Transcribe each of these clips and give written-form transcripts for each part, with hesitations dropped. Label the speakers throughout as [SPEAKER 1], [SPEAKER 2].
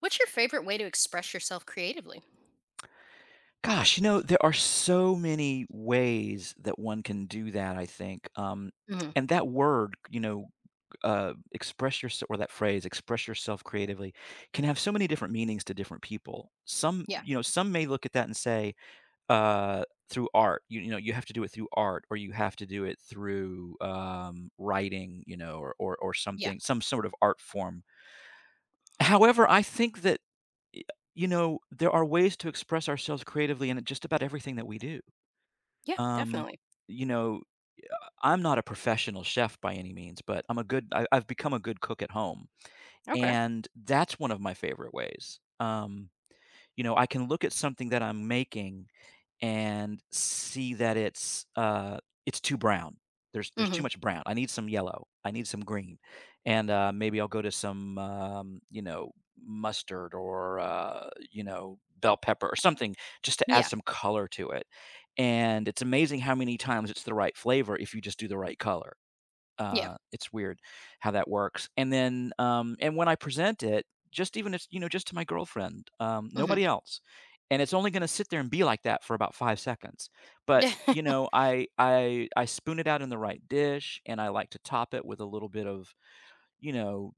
[SPEAKER 1] What's your favorite way to express yourself creatively?
[SPEAKER 2] Gosh, you know, there are so many ways that one can do that, I think.
[SPEAKER 1] Mhm.
[SPEAKER 2] And that word, you know, express yourself, or that phrase, express yourself creatively, can have so many different meanings to different people. Some,
[SPEAKER 1] Yeah.
[SPEAKER 2] you know, some may look at that and say, uh, through art, you know, you have to do it through art, or you have to do it through writing, you know, or
[SPEAKER 1] Yeah.
[SPEAKER 2] something, some sort of art form. However, I think that Y you know, there are ways to express ourselves creatively in just about everything that we do.
[SPEAKER 1] Yeah,
[SPEAKER 2] Um,
[SPEAKER 1] definitely.
[SPEAKER 2] you know, I'm not a professional chef by any means, but I've become a good cook at home,
[SPEAKER 1] Okay.
[SPEAKER 2] and that's one of my favorite ways. You know, I can look at something that I'm making and see that it's too brown. There's too
[SPEAKER 1] Mhm.
[SPEAKER 2] much brown. I need some yellow. I need some green, and, maybe I'll go to some mustard or, you know, bell pepper or something just to add
[SPEAKER 1] Yeah.
[SPEAKER 2] some color to it, and it's amazing how many times it's the right flavor if you just do the right color.
[SPEAKER 1] Yeah.
[SPEAKER 2] It's weird how that works. And then, and when I present it, just even if, you know, just to my girlfriend,
[SPEAKER 1] Mhm.
[SPEAKER 2] nobody else. And it's only going to sit there and be like that for about 5 seconds. But, you
[SPEAKER 1] Yeah.
[SPEAKER 2] know, I spoon it out in the right dish and I like to top it with a little bit of, you know,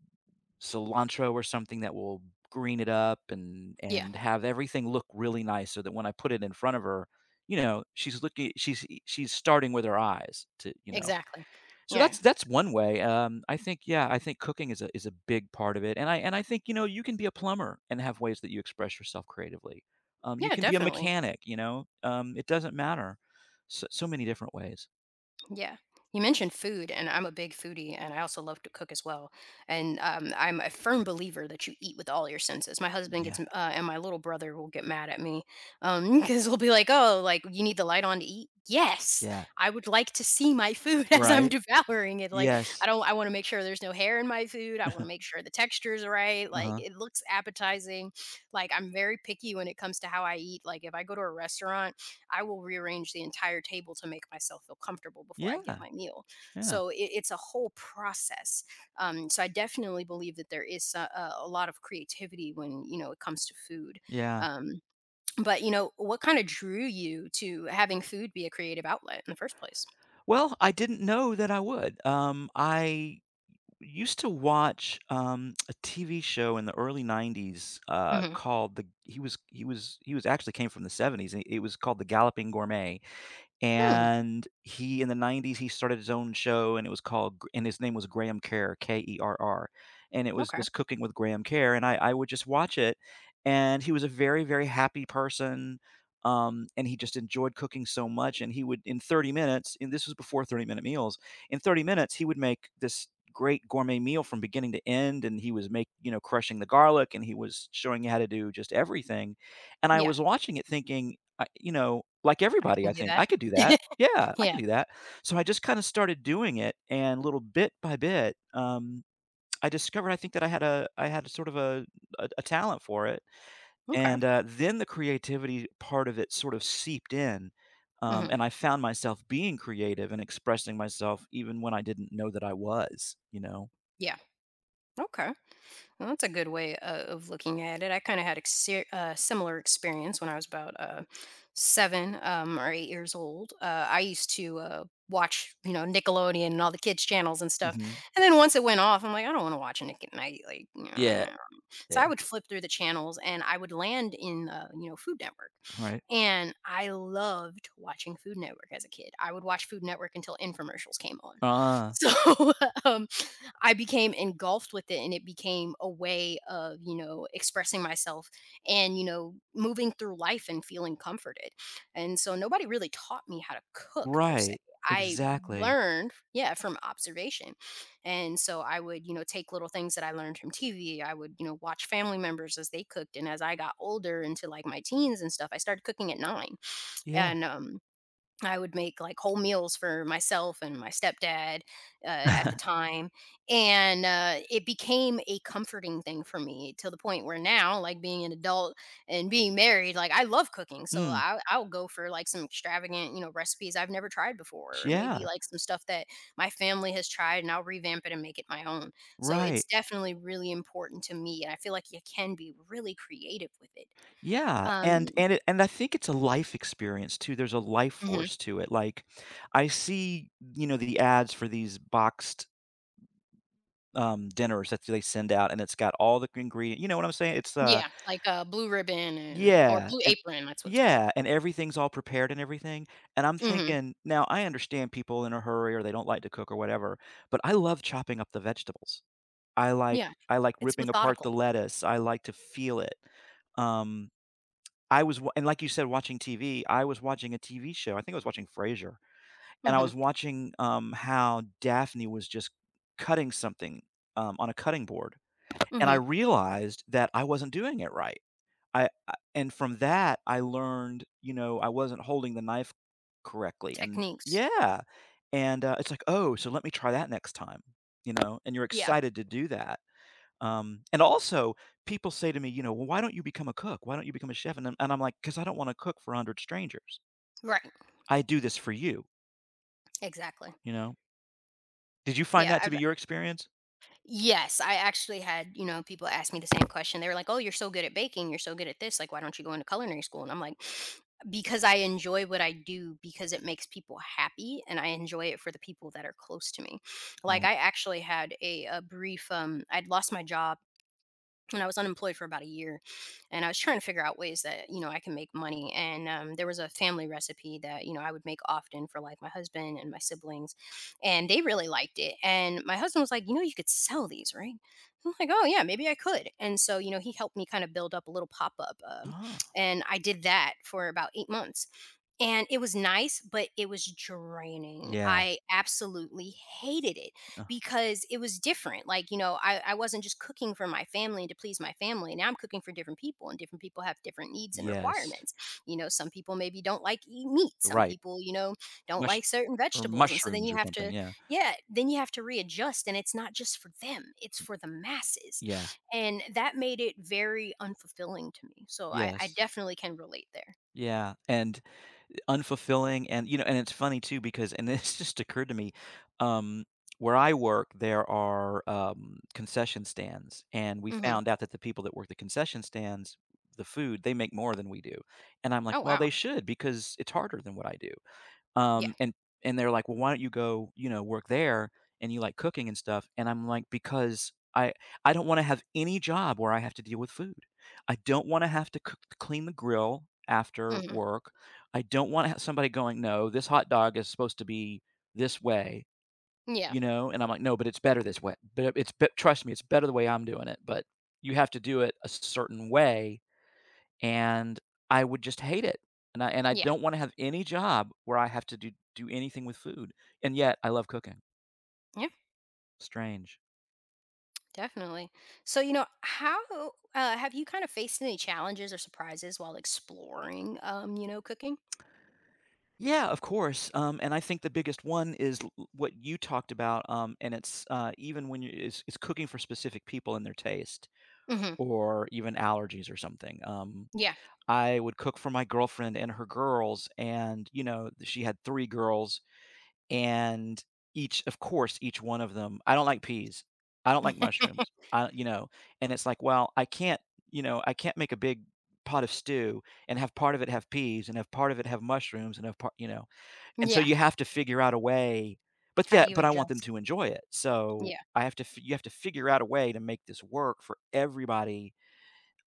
[SPEAKER 2] cilantro or something that will green it up and,
[SPEAKER 1] Yeah.
[SPEAKER 2] and have everything look really nice so that when I put it in front of her, you know, she's starting with her eyes to, you know,
[SPEAKER 1] Exactly.
[SPEAKER 2] so
[SPEAKER 1] Yeah.
[SPEAKER 2] that's one way. I think, yeah, I think cooking is a big part of it, and I think you know you can be a plumber and have ways that you express yourself creatively. You
[SPEAKER 1] Yeah,
[SPEAKER 2] can be a
[SPEAKER 1] definitely.
[SPEAKER 2] mechanic, you know. It doesn't matter. So, so many different ways.
[SPEAKER 1] Yeah. You mentioned food, and I'm a big foodie, and I also love to cook as well. And I'm a firm believer that you eat with all your senses. My husband gets
[SPEAKER 2] Yeah,
[SPEAKER 1] and my little brother will get mad at me because he'll be like, "Oh, like you need the light on to eat." Yes,
[SPEAKER 2] yeah,
[SPEAKER 1] I would like to see my food as I'm
[SPEAKER 2] right.
[SPEAKER 1] devouring it. Like
[SPEAKER 2] Yes.
[SPEAKER 1] I don't, I want to make sure there's no hair in my food. I want to make sure the texture is right. Like
[SPEAKER 2] Uh-huh.
[SPEAKER 1] it looks appetizing. Like I'm very picky when it comes to how I eat. Like if I go to a restaurant, I will rearrange the entire table to make myself feel comfortable before I get
[SPEAKER 2] Yeah,
[SPEAKER 1] my meal.
[SPEAKER 2] yeah,
[SPEAKER 1] So it's a whole process. So I definitely believe that there is a lot of creativity when it comes to food.
[SPEAKER 2] yeah.
[SPEAKER 1] Um, but what kind of drew you to having food be a creative outlet in the first place?
[SPEAKER 2] Well, I didn't know that I would. I used to watch, a TV show in the early '90s,
[SPEAKER 1] Hmm
[SPEAKER 2] called the he was he was he was actually came from the '70s, and it was called The Galloping Gourmet.
[SPEAKER 1] Hmm.
[SPEAKER 2] And he in the '90s, he started his own show, and it was called Gr and his name was Graham Kerr, Kerr, and it was
[SPEAKER 1] Okay.
[SPEAKER 2] just Cooking with Graham Kerr, and I would just watch it, and he was a very, very happy person, and he just enjoyed cooking so much, and he would in 30 minutes and this was before 30-minute meals, in 30 minutes, he would make this great gourmet meal from beginning to end, and he was make you know, crushing the garlic, and he was showing you how to do just everything, and I
[SPEAKER 1] Yeah,
[SPEAKER 2] was watching it thinking I you know, like
[SPEAKER 1] I
[SPEAKER 2] everybody,
[SPEAKER 1] can
[SPEAKER 2] I
[SPEAKER 1] do
[SPEAKER 2] think,
[SPEAKER 1] that.
[SPEAKER 2] "I could do that. Yeah, I
[SPEAKER 1] yeah.
[SPEAKER 2] can do that." So I just kinda started doing it, and little bit by bit, I discovered I think that I had a sort of a talent for it,
[SPEAKER 1] Okay.
[SPEAKER 2] and, then the creativity part of it sort of seeped in,
[SPEAKER 1] hmm
[SPEAKER 2] and I found myself being creative and expressing myself even when I didn't know that I was, you know?
[SPEAKER 1] Yeah. Okay. Well, that's a good way of looking at it. I kind of had a similar experience when I was about seven or 8 years old. I used to watch Nickelodeon and all the kids' channels and stuff.
[SPEAKER 2] Mhm.
[SPEAKER 1] And then once it went off, I'm like, I don't want to watch Nick at Night. Like,
[SPEAKER 2] Yeah,
[SPEAKER 1] nah. So
[SPEAKER 2] yeah.
[SPEAKER 1] I would flip through the channels and I would land in, Food Network.
[SPEAKER 2] Right.
[SPEAKER 1] And I loved watching Food Network as a kid. I would watch Food Network until infomercials came on.
[SPEAKER 2] Ah.
[SPEAKER 1] So, um, I became engulfed with it, and it became a way of expressing myself and moving through life and feeling comforted. And so nobody really taught me how to cook per se.
[SPEAKER 2] Right.
[SPEAKER 1] I
[SPEAKER 2] Exactly.
[SPEAKER 1] learned, yeah, from observation. And so I would take little things that I learned from TV. I would watch family members as they cooked. And as I got older into like my teens and stuff, I started cooking at nine.
[SPEAKER 2] Yeah.
[SPEAKER 1] And I would make like whole meals for myself and my stepdad at the time. And it became a comforting thing for me to the point where now, like being an adult and being married, like I love cooking. So
[SPEAKER 2] Mm.
[SPEAKER 1] I'll go for like some extravagant recipes I've never tried before, or maybe
[SPEAKER 2] Yeah,
[SPEAKER 1] like some stuff that my family has tried and I'll revamp it and make it my own. So it's
[SPEAKER 2] right.
[SPEAKER 1] definitely really important to me. And I feel like you can be really creative with it.
[SPEAKER 2] Yeah,
[SPEAKER 1] Um,
[SPEAKER 2] and it and I think it's a life experience too. There's a life
[SPEAKER 1] mhm.
[SPEAKER 2] force to it. Like I see, you know, the ads for these boxed dinners that they send out and it's got all the ingredient. You know what I'm saying? It's
[SPEAKER 1] Yeah, like a Blue Ribbon and or
[SPEAKER 2] yeah,
[SPEAKER 1] Blue
[SPEAKER 2] and
[SPEAKER 1] Apron, that's what it's called.
[SPEAKER 2] yeah, and everything's all prepared and everything. And I'm
[SPEAKER 1] Mhm,
[SPEAKER 2] thinking, now I understand people in a hurry or they don't like to cook or whatever, but I love chopping up the vegetables. I like
[SPEAKER 1] yeah,
[SPEAKER 2] I like
[SPEAKER 1] it's
[SPEAKER 2] ripping apart
[SPEAKER 1] methodical.
[SPEAKER 2] the lettuce. I like to feel it. Um I was wa and Like you said, watching TV, I was watching a TV show, I think I was watching Frasier, and I
[SPEAKER 1] Mhm,
[SPEAKER 2] was watching, how Daphne was just cutting something, on a cutting board, and I
[SPEAKER 1] mhm,
[SPEAKER 2] realized that I wasn't doing it right. I and From that, I learned, you know, I wasn't holding the knife correctly, and
[SPEAKER 1] techniques.
[SPEAKER 2] yeah, and, it's like, "Oh, so let me try that next time," you know, and you're
[SPEAKER 1] Yeah,
[SPEAKER 2] excited to do that. And also, people say to me, you know, "Well, why don't you become a cook? Why don't you become a chef?" And I'm like, "'Cause I don't wanna cook for 100 strangers.
[SPEAKER 1] right,
[SPEAKER 2] I do this for you,"
[SPEAKER 1] exactly.
[SPEAKER 2] you know? Did you find
[SPEAKER 1] Yeah,
[SPEAKER 2] that to
[SPEAKER 1] I've
[SPEAKER 2] be your experience?
[SPEAKER 1] Yes, I actually had people ask me the same question. They were like, "Oh, you're so good at baking, you're so good at this, like, why don't you go into culinary school?" And I'm like, "Because I enjoy what I do, because it makes people happy, and I enjoy it for the people that are close to me." Like,
[SPEAKER 2] Right.
[SPEAKER 1] I actually had a brief, I'd lost my job and I was unemployed for about a year, and I was trying to figure out ways that I can make money. And there was a family recipe that I would make often for like my husband and my siblings, and they really liked it. And my husband was like you could sell these, right? I'm like, oh yeah, maybe I could. And so he helped me kind of build up a little pop up,
[SPEAKER 2] Ah,
[SPEAKER 1] and I did that for about 8 months. And it was nice, but it was draining.
[SPEAKER 2] yeah,
[SPEAKER 1] I absolutely hated it
[SPEAKER 2] uh,
[SPEAKER 1] because it was different. Like, I wasn't just cooking for my family and to please my family. Now I'm cooking for different people, and different people have different needs and
[SPEAKER 2] yes.
[SPEAKER 1] requirements. Some people maybe don't like eat meat, some
[SPEAKER 2] Right.
[SPEAKER 1] people don't
[SPEAKER 2] Mush
[SPEAKER 1] like certain vegetables. And so then
[SPEAKER 2] mushrooms
[SPEAKER 1] you
[SPEAKER 2] or
[SPEAKER 1] have
[SPEAKER 2] something,
[SPEAKER 1] to,
[SPEAKER 2] yeah.
[SPEAKER 1] yeah, then you have to readjust. And it's not just for them, it's
[SPEAKER 2] Y
[SPEAKER 1] for the masses.
[SPEAKER 2] Yeah,
[SPEAKER 1] And that made it very unfulfilling to me. So I
[SPEAKER 2] yes.
[SPEAKER 1] definitely can relate there.
[SPEAKER 2] Yeah, unfulfilling you know and it's funny too because and this just occurred to me, um, where I work, there are, concession stands, and we
[SPEAKER 1] Hmm
[SPEAKER 2] found out that the people that work the concession stands, the food, they make more than we do, and I'm like,
[SPEAKER 1] Oh,
[SPEAKER 2] "Well,
[SPEAKER 1] wow.
[SPEAKER 2] they should because it's harder than what I do." Um, and and they're like, "Well, why don't you go, you know, work there and you like cooking and stuff?" And I'm like, "Because I don't wanna have any job where I have to deal with food. I don't wanna have to cook clean the grill after
[SPEAKER 1] Mhm.
[SPEAKER 2] work. I don't wanna have somebody going, 'No, this hot dog is supposed to be this way,'
[SPEAKER 1] Yeah.
[SPEAKER 2] you know?" And I'm like, "No, but it's better this way. But it's bet trust me, it's better the way I'm doing it, but you have to do it a certain way and I would just hate it, and I
[SPEAKER 1] Yeah.
[SPEAKER 2] don't wanna have any job where I have to do anything with food, and yet I love cooking.
[SPEAKER 1] Yeah.
[SPEAKER 2] Strange.
[SPEAKER 1] Definitely. So how have you kind of faced any challenges or surprises while exploring cooking?
[SPEAKER 2] Yeah, of course, and I think the biggest one is l what you talked about, and it's, even when you it's cooking for specific people and their taste
[SPEAKER 1] Hmm
[SPEAKER 2] or even allergies or something,
[SPEAKER 1] Yeah.
[SPEAKER 2] I would cook for my girlfriend and her girls, and, you know, she had 3 girls. And each one of them, I don't like peas. I don't like mushrooms. I You know, and it's like, well, I can't, you know, I can't make a big pot of stew and have part of it have peas and have part of it have mushrooms and have part you know. And so
[SPEAKER 1] yeah.
[SPEAKER 2] you have to figure out a way but
[SPEAKER 1] How
[SPEAKER 2] yeah,
[SPEAKER 1] do you
[SPEAKER 2] but I want them
[SPEAKER 1] adjust?
[SPEAKER 2] to enjoy it. So
[SPEAKER 1] Yeah.
[SPEAKER 2] I have to f you have to figure out a way to make this work for everybody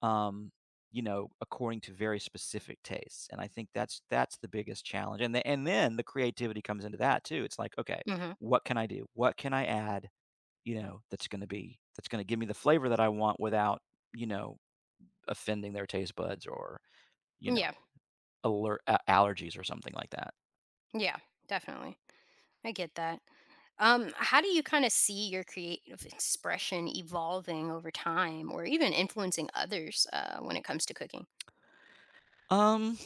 [SPEAKER 2] um, you know, according to very specific tastes. And I think that's the biggest challenge. And and then the creativity comes into that too. It's like, okay,
[SPEAKER 1] hmm
[SPEAKER 2] what can I do? What can I add? You know, that's going to give me the flavor that I want without you know offending their taste buds or you know
[SPEAKER 1] Yeah.
[SPEAKER 2] alert allergies or something like that.
[SPEAKER 1] Yeah. Definitely. I get that. How do you kind of see your creative expression evolving over time or even influencing others when it comes to cooking?
[SPEAKER 2] Um,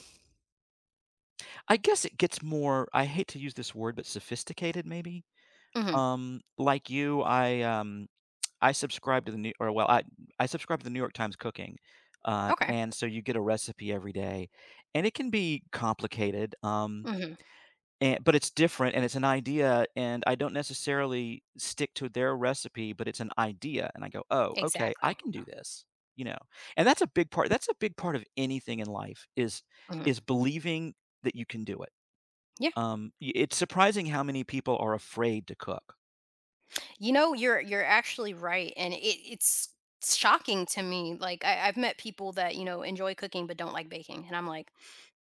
[SPEAKER 2] I guess it gets more. I hate to use this word, but sophisticated maybe.
[SPEAKER 1] Hmm
[SPEAKER 2] Like you, I subscribe to the New or, well, I subscribe to the New York Times Cooking,
[SPEAKER 1] Okay.
[SPEAKER 2] and so you get a recipe every day, and it can be complicated,
[SPEAKER 1] hmm
[SPEAKER 2] and but it's different, and it's an idea, and I don't necessarily stick to their recipe, but it's an idea, and I go, "Oh, okay, I
[SPEAKER 1] Exactly.
[SPEAKER 2] can do this," you know? And that's a big part of anything in life is
[SPEAKER 1] hmm
[SPEAKER 2] believing that you can do it.
[SPEAKER 1] Yeah.
[SPEAKER 2] Y It's surprising how many people are afraid to cook.
[SPEAKER 1] You know, you're actually right, and it's shocking to me. Like I've met people that enjoy cooking but don't like baking, and I'm like,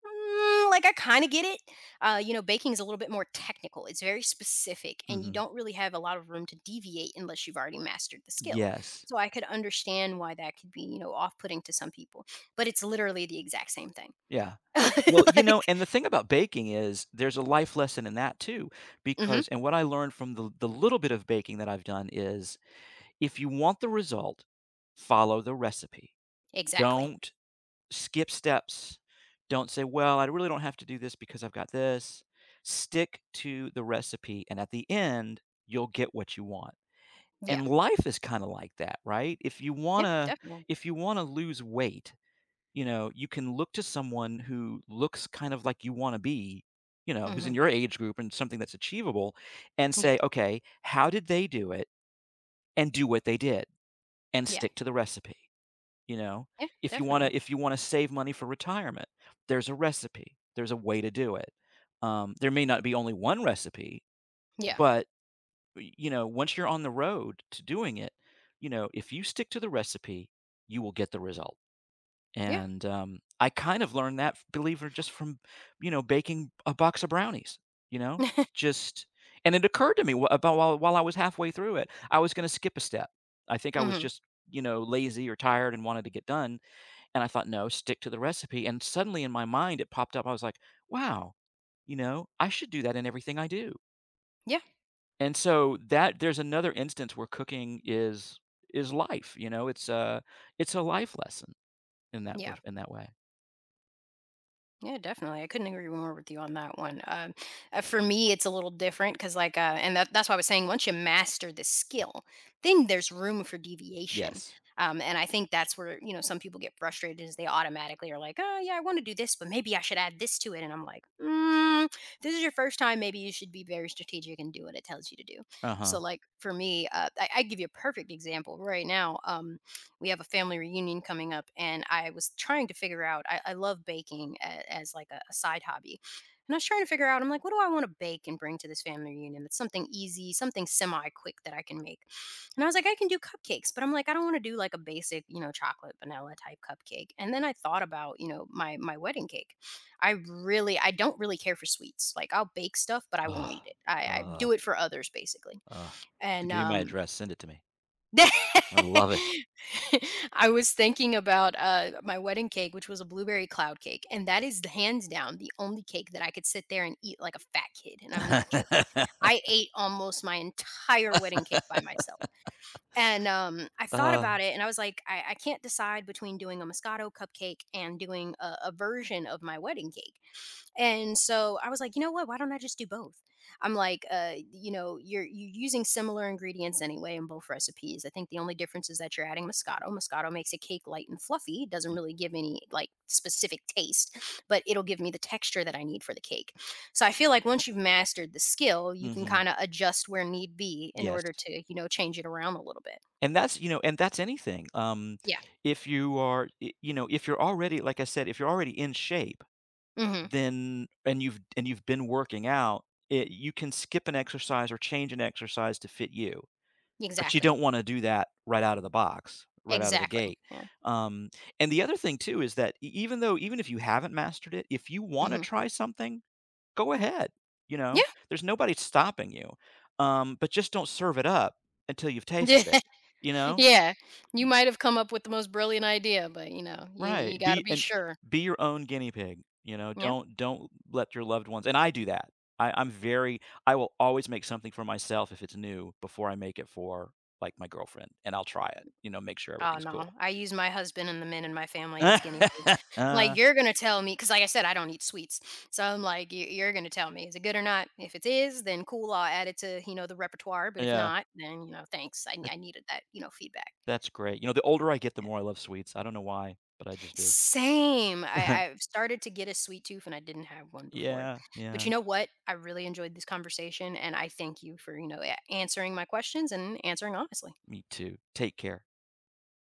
[SPEAKER 1] "Mm, like I kind of get it. Baking is a little bit more technical. It's very specific, and you
[SPEAKER 2] Mhm.
[SPEAKER 1] don't really have a lot of room to deviate unless you've already mastered the skill.
[SPEAKER 2] Yes.
[SPEAKER 1] So I could understand why that could be off putting to some people, but it's literally the exact same thing.
[SPEAKER 2] Yeah. Well, you
[SPEAKER 1] like,
[SPEAKER 2] know, and the thing about baking is there's a life lesson in that too,
[SPEAKER 1] hmm
[SPEAKER 2] because and what I learned from the little bit of baking that I've done is if you want the result, follow the recipe.
[SPEAKER 1] exactly.
[SPEAKER 2] Don't skip steps. Don't say, "Well, I really don't have to do this because I've got this." Stick to the recipe, and at the end, you'll get what you want.
[SPEAKER 1] Yeah,
[SPEAKER 2] And life is kinda like that, right? If you
[SPEAKER 1] yeah,
[SPEAKER 2] wanna
[SPEAKER 1] definitely.
[SPEAKER 2] if you wanna lose weight you know, you can look to someone who looks kind of like you wanna be, you know, who's
[SPEAKER 1] Hmm
[SPEAKER 2] in your age group and something that's achievable, and
[SPEAKER 1] Yeah,
[SPEAKER 2] say, "Okay, how did they do it?" And do what they did, and
[SPEAKER 1] yeah,
[SPEAKER 2] stick to the recipe, you know?
[SPEAKER 1] yeah,
[SPEAKER 2] If you wanna
[SPEAKER 1] definitely.
[SPEAKER 2] if you wanna save money for retirement, there's a recipe, there's a way to do it. There may not be only one recipe,
[SPEAKER 1] Yeah,
[SPEAKER 2] but, y you know, once you're on the road to doing it, you know, if you stick to the recipe, you will get the result.
[SPEAKER 1] yeah.
[SPEAKER 2] And, I kind of learned that, believe it or just from, you know, baking a box of brownies, you know? Just and it occurred to me wh about while I was halfway through it, I was gonna skip a step. I think I was
[SPEAKER 1] hmm
[SPEAKER 2] just, you know, lazy or tired and wanted to get done, and I thought, "No, stick to the recipe," and suddenly in my mind, it popped up. I was like, "Wow, you know, I should do that in everything I do."
[SPEAKER 1] Yeah,
[SPEAKER 2] And so that there's another instance where cooking is life, you know? It's a life lesson in that
[SPEAKER 1] yeah,
[SPEAKER 2] wor in that way.
[SPEAKER 1] yeah, definitely. I couldn't agree more with you on that one. For me, it's a little different because, like, and that's why I was saying once you master the skill, then there's room for deviation.
[SPEAKER 2] Yes.
[SPEAKER 1] And I think that's where some people get frustrated is they automatically are like, oh yeah, I want to do this, but maybe I should add this to it. And I'm like, mm, this is your first time. Maybe you should be very strategic and do what it tells you to do. So,
[SPEAKER 2] Uh-huh.
[SPEAKER 1] like for me, I give you a perfect example right now. We have a family reunion coming up, and I was trying to figure out. I love baking as like a side hobby. And I was trying to figure out, I'm like, what do I want to bake and bring to this family reunion? That's something easy, something semi quick that I can make. And I was like, I can do cupcakes, but I'm like, I don't want to do like a basic, you know, chocolate vanilla type cupcake. And then I thought about, you know, my wedding cake. I really, I don't really care for sweets. Like, I'll bake stuff but I won't
[SPEAKER 2] Uh,
[SPEAKER 1] eat it. I
[SPEAKER 2] uh,
[SPEAKER 1] do it for others basically.
[SPEAKER 2] ah. Have to
[SPEAKER 1] and
[SPEAKER 2] give you my
[SPEAKER 1] um
[SPEAKER 2] address, send it to me. I love it.
[SPEAKER 1] I was thinking about, my wedding cake, which was a blueberry cloud cake, and that is the hands down the only cake that I could sit there and eat like a fat kid, and I'm not joking. I ate almost my entire wedding cake by myself, and, I thought
[SPEAKER 2] Uh
[SPEAKER 1] about it and I was like, "I can't decide between doing a Moscato cupcake and doing a version of my wedding cake." And so I was like, you know what? Why don't I just do both? I'm like, you know, you're using similar ingredients anyway in both recipes. I think the only difference is that you're adding Moscato. Moscato makes a cake light and fluffy. It doesn't really give any like specific taste, but it'll give me the texture that I need for the cake. So I feel like once you've mastered the skill, you can
[SPEAKER 2] Mhm.
[SPEAKER 1] kind of adjust where need be in
[SPEAKER 2] Yes.
[SPEAKER 1] order to change it around a little bit.
[SPEAKER 2] And that's you know, and that's anything.
[SPEAKER 1] Yeah.
[SPEAKER 2] If you are y you know, if you're already like I said, if you're already in shape,
[SPEAKER 1] hmm
[SPEAKER 2] then and you've been working out, it you can skip an exercise or change an exercise to fit you. But you
[SPEAKER 1] Exactly.
[SPEAKER 2] don't wanna do that right out of the box, right out of the
[SPEAKER 1] Exactly.
[SPEAKER 2] gate.
[SPEAKER 1] Yeah.
[SPEAKER 2] Um, and the other thing too is that e even though even if you haven't mastered it, if you wanna
[SPEAKER 1] hmm
[SPEAKER 2] try something, go ahead, you know? There's nobody stopping you, but just don't serve it up until you've
[SPEAKER 1] Yeah.
[SPEAKER 2] tasted it, you know?
[SPEAKER 1] Yeah, you might have come up with the most brilliant idea, but you
[SPEAKER 2] Right,
[SPEAKER 1] gotta be sure.
[SPEAKER 2] be your own guinea pig, you know,
[SPEAKER 1] Yep.
[SPEAKER 2] don't let your loved ones and I do that. I I'm very I will always make something for myself if it's new before I make it for, like, my girlfriend, and I'll try it, you know, make sure
[SPEAKER 1] Oh,
[SPEAKER 2] everything's
[SPEAKER 1] no,
[SPEAKER 2] cool.
[SPEAKER 1] I use my husband and the men in my family as guinea pigs. Like,
[SPEAKER 2] uh,
[SPEAKER 1] "You're gonna tell me? Because like I said, I don't eat sweets, so I'm like, "You're gonna tell me, is it good or not? If it is, then cool, I'll add it to the repertoire, but if
[SPEAKER 2] Yeah,
[SPEAKER 1] not, then thanks. I
[SPEAKER 2] that
[SPEAKER 1] I needed that feedback." Yeah.
[SPEAKER 2] that's great. You know, the older I get, the more I love sweets. I don't know why, but I just do.
[SPEAKER 1] Same. I've started to get a sweet tooth and I didn't have one before.
[SPEAKER 2] Yeah,
[SPEAKER 1] But you
[SPEAKER 2] yeah,
[SPEAKER 1] know what? I really enjoyed this conversation, and I thank you for answering my questions and answering honestly.
[SPEAKER 2] me too. Take care.